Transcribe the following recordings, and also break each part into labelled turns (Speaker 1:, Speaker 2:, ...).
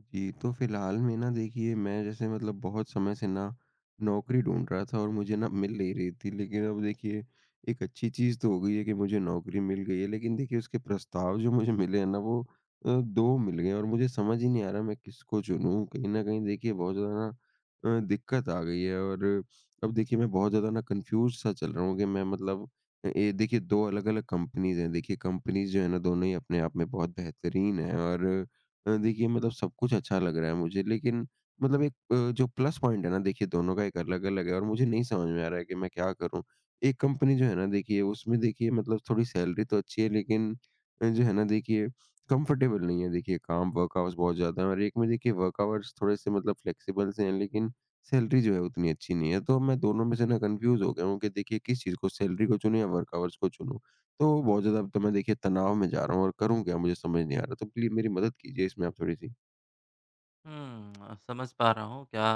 Speaker 1: जी, तो फ़िलहाल में ना देखिए मैं जैसे मतलब बहुत समय से ना नौकरी ढूँढ रहा था और मुझे ना मिल नहीं रही थी। लेकिन अब देखिए एक अच्छी चीज़ तो हो गई है कि मुझे नौकरी मिल गई है। लेकिन देखिए उसके प्रस्ताव जो मुझे मिले हैं ना वो 2 मिल गए हैं और मुझे समझ ही नहीं आ रहा मैं किसको चुनूँ। कहीं न कहीं देखिए बहुत ज़्यादा ना दिक्कत आ गई है और अब देखिए मैं बहुत ज़्यादा ना कन्फ्यूज़ सा चल रहा हूँ कि मैं मतलब ये देखिए 2 अलग-अलग कंपनीज़ हैं। देखिए कंपनीज़ जो है ना दोनों ही अपने आप में बहुत बेहतरीन हैं और देखिए मतलब सब कुछ अच्छा लग रहा है मुझे, लेकिन मतलब एक जो प्लस पॉइंट है ना देखिए दोनों का एक अलग-अलग है और मुझे नहीं समझ में आ रहा है कि मैं क्या करूँ? एक कंपनी जो है ना देखिए उसमें देखिए मतलब थोड़ी सैलरी तो अच्छी है, लेकिन जो है ना देखिए कंफर्टेबल नहीं है, देखिए काम वर्क आवर्स बहुत ज़्यादा है, और एक में देखिए वर्क आवर्स थोड़े से मतलब फ्लेक्सिबल से हैं, लेकिन सैलरी जो है उतनी अच्छी नहीं है। तो मैं दोनों में से ना कन्फ्यूज़ हो गया हूँ कि देखिए किस चीज़ को, सैलरी को चुनूँ या वर्क आवर्स को चुनूँ? तो बहुत ज़्यादा अब तो मैं देखिए तनाव में जा रहा हूँ और करूँ क्या मुझे समझ नहीं आ रहा, तो प्लीज़ मेरी मदद कीजिए इसमें आप थोड़ी-सी।
Speaker 2: हुँ, समझ पा रहा हूँ क्या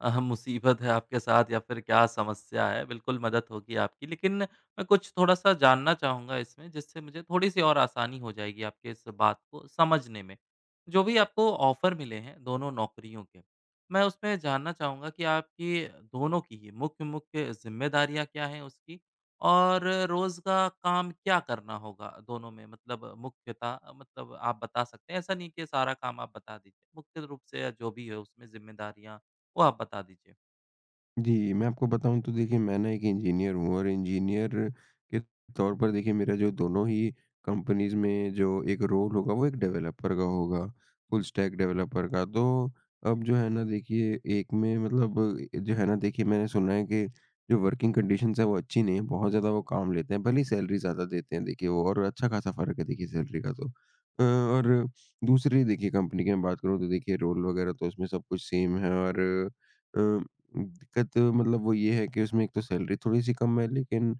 Speaker 2: मुसीबत है आपके साथ या फिर क्या समस्या है, बिल्कुल मदद होगी आपकी। लेकिन मैं कुछ थोड़ा-सा जानना चाहूँगा इसमें जिससे मुझे थोड़ी-सी और आसानी हो जाएगी आपके इस बात को समझने में। जो भी आपको ऑफ़र मिले हैं दोनों नौकरियों के, मैं उसमें जानना चाहूँगा कि आपकी दोनों की ही मुख्य-मुख्य ज़िम्मेदारियाँ क्या हैं उसकी? और रोज़ का काम क्या करना होगा दोनों में? मतलब मुख्यतः मतलब आप बता सकते हैं, ऐसा नहीं कि सारा काम आप बता दीजिए। मुख्य रूप से या जो भी है उसमें ज़िम्मेदारियाँ, वो आप बता दीजिए?
Speaker 1: जी, मैं आपको बताऊँ तो देखिए मैं ना एक इंजीनियर हूँ और इंजीनियर के तौर पर देखिए मेरा जो दोनों ही कंपनीज़ में जो एक रोल होगा वो एक डेवलपर का होगा, फुल स्टैक डेवलपर का। तो अब जो है ना देखिए एक में मतलब जो है ना देखिए, मैंने सुना है कि जो वर्किंग कंडीशंस है वो अच्छी नहीं है, बहुत ज़्यादा वो काम लेते हैं, भले ही सैलरी ज़्यादा देते हैं देखिए वो, और अच्छा खासा फ़र्क है देखिए सैलरी का तो। और दूसरी देखिए कंपनी की मैं बात करूँ तो देखिए रोल वगैरह तो उसमें सब कुछ सेम है, और अ दिक्कत मतलब वो ये है कि उसमें एक तो सैलरी थोड़ी-सी कम है, लेकिन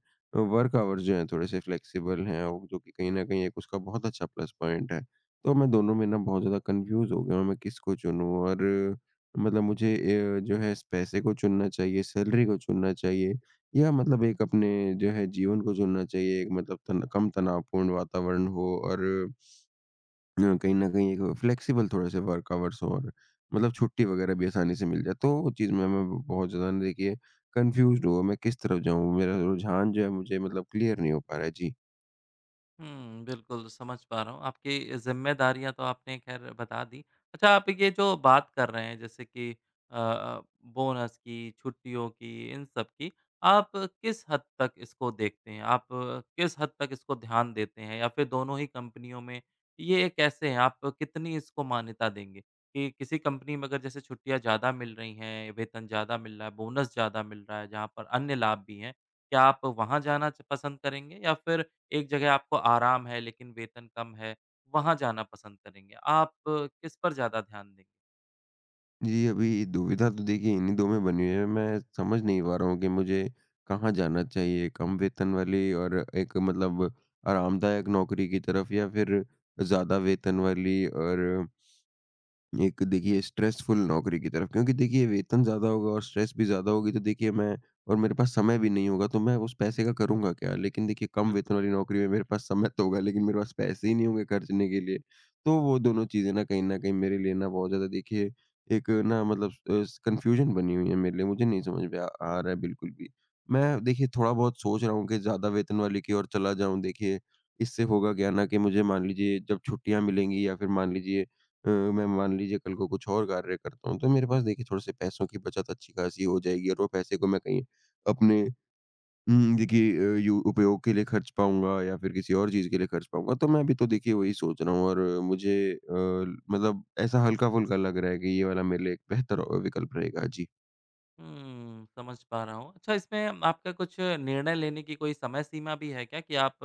Speaker 1: वर्क आवर्स जो हैं थोड़े-से फ्लेक्सिबल हैं और जो कि कहीं न कहीं एक उसका बहुत अच्छा प्लस पॉइंट है। तो मैं दोनों में ना बहुत ज़्यादा कन्फ्यूज़ हो गया हूँ, मैं किसको चुनूँ, और मतलब मुझे जो है इस पैसे को चुनना चाहिए, सैलरी को चुनना चाहिए, या मतलब एक अपने जो है जीवन को चुनना चाहिए, एक मतलब तन कम तनावपूर्ण वातावरण हो और कहीं न कहीं एक फ्लेक्सिबल थोड़े-से वर्क आवर्स हों, और मतलब छुट्टी वगैरह भी आसानी से मिल जाए। तो वो चीज़ में मैं ब बहुत ज़्यादा ना देखिए कन्फ्यूज़्ड हुआ, मैं किस तरफ जाऊँ? मेरा रुझान जो है मुझे मतलब क्लियर नहीं हो पा रहा है। जी।
Speaker 2: हुँ, बिल्कुल समझ पा रहा हूँ। आपकी ज़िम्मेदारियाँ तो आपने ख़ैर बता दी। अच्छा आप ये जो बात कर रहे हैं जैसे कि अ अ, बोनस की, छुट्टियों की, इन सब की, आप किस हद तक इसको देखते हैं? आप किस हद तक इसको ध्यान देते हैं या फिर दोनों ही कंपनियों में ये कैसे हैं? आप कितनी इसको मान्यता देंगे? कि किसी कंपनी में अगर जैसे छुट्टियाँ ज़्यादा मिल रही हैं, वेतन ज़्यादा मिल रहा है, बोनस ज़्यादा मिल रहा है, जहाँ पर अन्य लाभ भी हैं, क्या आप वहाँ जाना च पसंद करेंगे या फिर एक जगह आपको आराम है लेकिन वेतन कम है, वहाँ जाना पसंद करेंगे? आप किस पर ज़्यादा ध्यान देंगे?
Speaker 1: जी, अभी दुविधा तो देखिए इन्हीं 2 में बनी हुई है, मैं समझ नहीं पा रहा हूँ कि मुझे कहाँ जाना चाहिए, कम वेतन वाली और एक मतलब आरामदायक नौकरी की तरफ, या फिर ज़्यादा वेतन वाली और एक देखिए स्ट्रेसफुल नौकरी की तरफ, क्योंकि देखिए वेतन ज़्यादा होगा और स्ट्रेस भी ज़्यादा होगी, तो देखिए मैं, और मेरे पास समय भी नहीं होगा, तो मैं उस पैसे का करूँगा क्या? लेकिन देखिए कम वेतन
Speaker 2: बिल्कुल।
Speaker 1: वाली नौकरी में मेरे पास समय तो होगा, लेकिन मेरे पास पैसे ही नहीं होंगे खर्चने के लिए। तो वो दोनों चीज़ें ना कहीं न कहीं मेरे लिए ना बहुत ज़्यादा देखिए एक ना मतलब कन्फ्यूज़न बनी हुई है मेरे लिए, मुझे नहीं समझ में आ आ रहा है बिल्कुल भी। मैं देखिए थोड़ा बहुत सोच रहा हूँ कि ज़्यादा वेतन वाली की ओर चला जाऊँ, देखिए इससे होगा क्या ना कि मुझे मान लीजिए जब छुट्टियाँ मिलेंगी, या फिर मान लीजिए मैं मान लीजिए कल को कुछ और कार्य करता हूँ, तो मेरे पास देखिए थोड़े-से पैसों की बचत अच्छी खासी हो जाएगी, और वो पैसे को मैं कहीं अपने देखिए यू उपयोग के लिए खर्च पाऊँगा, या फिर किसी और चीज़ के लिए खर्च पाऊँगा। तो मैं अभी तो देखिए वही सोच रहा हूँ, और मुझे मतलब ऐसा हल्का-फुल्का लग रहा है कि ये वाला मेरे लिए एक बेहतर विकल्प रहेगा। जी।
Speaker 2: हुँ, समझ पा रहा हूँ। अच्छा इसमें आपका कुछ निर्णय लेने की कोई समय सीमा भी है क्या कि आप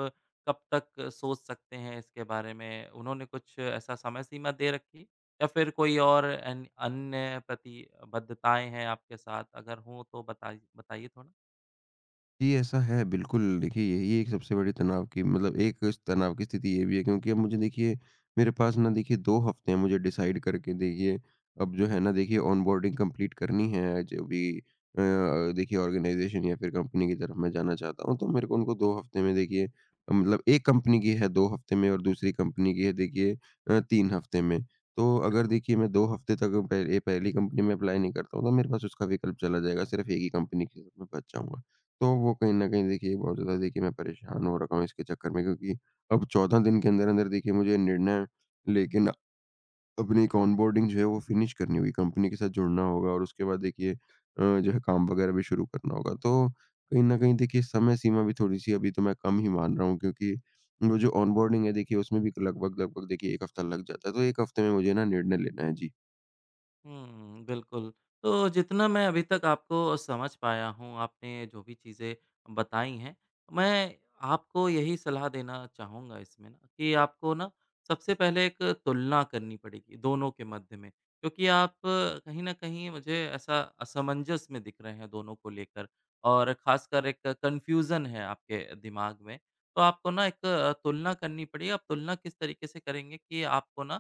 Speaker 2: कब तक सोच सकते हैं इसके बारे में? उन्होंने कुछ ऐसा समय सीमा दे रखी है? या फिर कोई और अन अन्य प्रतिबद्धताएँ हैं आपके साथ? अगर हों तो बताइए थोड़ा।
Speaker 1: जी, ऐसा है बिल्कुल। देखिए यही एक सबसे बड़ी तनाव की मतलब एक इस तनाव की स्थिति ये भी है, क्योंकि अब मुझे देखिए मेरे पास ना देखिए 2 हफ़्ते हैं, मुझे डिसाइड करके देखिए अब जो है ना देखिए ऑनबोर्डिंग कंप्लीट करनी है जो भी देखिए ऑर्गनाइज़ेशन या फिर कंपनी की तरफ मैं जाना चाहता हूँ। तो मेरे को उनको 2 हफ़्ते में देखिए मतलब एक कंपनी की है 2 हफ़्ते में, और दूसरी कंपनी की है देखिए 3 हफ़्ते में। तो अगर
Speaker 2: अच्छा।
Speaker 1: देखिए मैं 2 हफ़्ते तक पहले पहली कंपनी में अप्लाई नहीं करता हूँ, तो मेरे पास उसका विकल्प चला जाएगा, सिर्फ़ एक ही कंपनी के साथ मैं बच जाऊँगा। तो वो कहीं न कहीं देखिए बहुत ज़्यादा देखिए मैं परेशान हो रखा हूँ इसके चक्कर में, क्योंकि अब 14 दिन के अंदर-अंदर देखिए मुझे निर्णय लेके ना अपनी एक ऑनबोर्डिंग जो है वो फ़िनिश करनी होगी, कंपनी के साथ जुड़ना होगा, और उसके बाद देखिए जो है काम वगैरह भी शुरू करना होगा। तो कहीं न कहीं देखिए समय सीमा भी थोड़ी-सी अभी तो मैं कम ही मान रहा हूँ, क्योंकि वो जो ऑनबोर्डिंग है देखिए उसमें भी लगभग-लगभग देखिए 1 हफ्ता लग जाता है। तो 1 हफ्ते में मुझे ना निर्णय लेना है। जी।
Speaker 2: हुँ, बिल्कुल। तो जितना मैं अभी तक आपको समझ पाया हूँ, आपने जो भी चीज़ें बताई हैं, मैं आपको यही सलाह देना चाहूँगा इसमें ना कि आपको ना सबसे पहले एक तुलना करनी पड़ेगी दोनों के मध्य में, क्योंकि आप कहीं न कहीं मुझे ऐसा असमंजस में दिख रहे हैं दोनों को लेकर और ख़ासकर एक कन्फ्यूज़न है आपके दिमाग में। तो आपको ना एक तुलना करनी पड़ी। आप तुलना किस तरीके से करेंगे कि आपको ना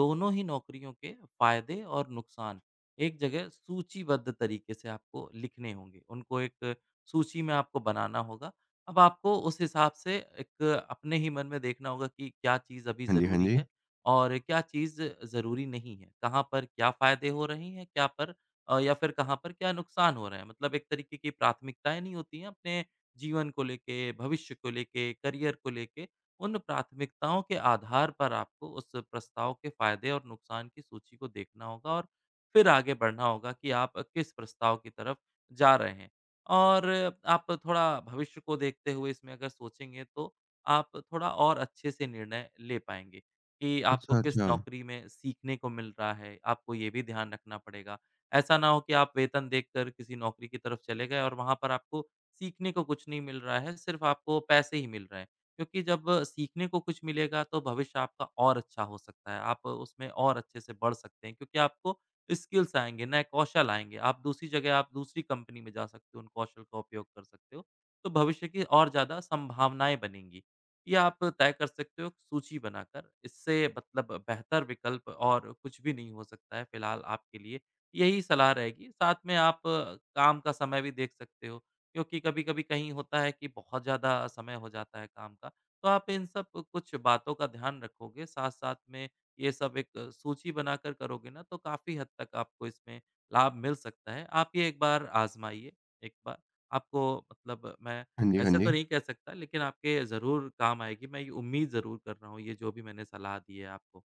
Speaker 2: दोनों ही नौकरियों के फ़ायदे और नुकसान एक जगह सूचीबद्ध तरीके से आपको लिखने होंगे। उनको एक सूची में आपको बनाना होगा। अब आपको उस हिसाब से एक अपने ही मन में देखना होगा कि क्या चीज़ अभी
Speaker 1: हाँ जी, हाँ
Speaker 2: ज़रूरी
Speaker 1: जी।
Speaker 2: है और क्या चीज़ ज़रूरी नहीं है। कहाँ पर क्या फ़ायदे हो रहे हैं, या फिर कहाँ पर क्या नुकसान हो रहे हैं। मतलब एक तरीके की प्राथमिकताएँ नहीं होती हैं अपने जीवन को लेके, भविष्य को लेके, करियर को लेके उन प्राथमिकताओं के आधार पर आपको उस प्रस्ताव के फायदे और नुकसान की सूची को देखना होगा और फिर आगे बढ़ना होगा कि आप किस प्रस्ताव की तरफ जा रहे हैं। और आप थोड़ा भविष्य को देखते हुए इसमें अगर सोचेंगे तो आप थोड़ा और अच्छे से निर्णय ले पाएँगे कि आपको
Speaker 1: अच्छा,
Speaker 2: किस
Speaker 1: अच्छा।
Speaker 2: नौकरी में सीखने को मिल रहा है, आपको ये भी ध्यान रखना पड़ेगा। ऐसा ना हो कि आप वेतन देखकर किसी नौकरी की तरफ चले गए और वहाँ पर आपको सीखने को कुछ नहीं मिल रहा है, सिर्फ़ आपको पैसे ही मिल रहे हैं। क्योंकि जब सीखने को कुछ मिलेगा तो भविष्य आपका और अच्छा हो सकता है। आप उसमें और अच्छे से बढ़ सकते हैं क्योंकि आपको स्किल्स आएँगे, नए कौशल आएँगे। आप दूसरी जगह, आप दूसरी कंपनी में जा सकते हो, उन कौशल का उपयोग कर सकते हो। तो भविष्य की और ज़्यादा संभावनाएँ बनेंगी। ये आप तय कर सकते हो सूची बनाकर। इससे मतलब बेहतर विकल्प और कुछ भी नहीं हो सकता है फ़िलहाल आपके लिए। यही सलाह रहेगी। साथ में आप काम का समय भी देख सकते हो क्योंकि कभी-कभी कहीं होता है कि बहुत ज़्यादा समय हो जाता है काम का। तो आप इन सब कुछ बातों का ध्यान रखोगे, साथ-साथ में ये सब एक सूची बनाकर करोगे ना, तो काफ़ी हद तक आपको इसमें लाभ मिल सकता है। आप ये एक बार आज़माइए, एक बार आपको मतलब मैं
Speaker 1: हाँ जी, हाँ
Speaker 2: ऐसे तो
Speaker 1: जी।
Speaker 2: नहीं कह सकता, लेकिन आपके ज़रूर काम आएगी, मैं ये उम्मीद ज़रूर कर रहा हूँ, ये जो भी मैंने सलाह दी है आपको।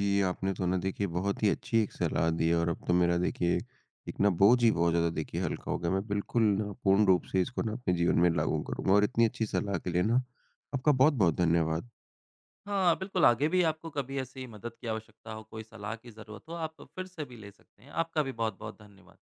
Speaker 1: जी, आपने तो ना देखिए बहुत ही अच्छी एक सलाह दी है, और अब तो मेरा देखिए एक ना बोझ ही बहुत ज़्यादा देखिए हल्का हो गया। मैं बिल्कुल ना पूर्ण रूप से इसको ना अपने जीवन में लागू करूँगा, और इतनी अच्छी सलाह के लिए ना आपका बहुत-बहुत धन्यवाद।
Speaker 2: हाँ, बिल्कुल आगे भी आपको कभी ऐसी मदद की आवश्यकता हो, कोई सलाह की ज़रूरत हो, आप फिर से भी ले सकते हैं। आपका भी बहुत-बहुत धन्यवाद।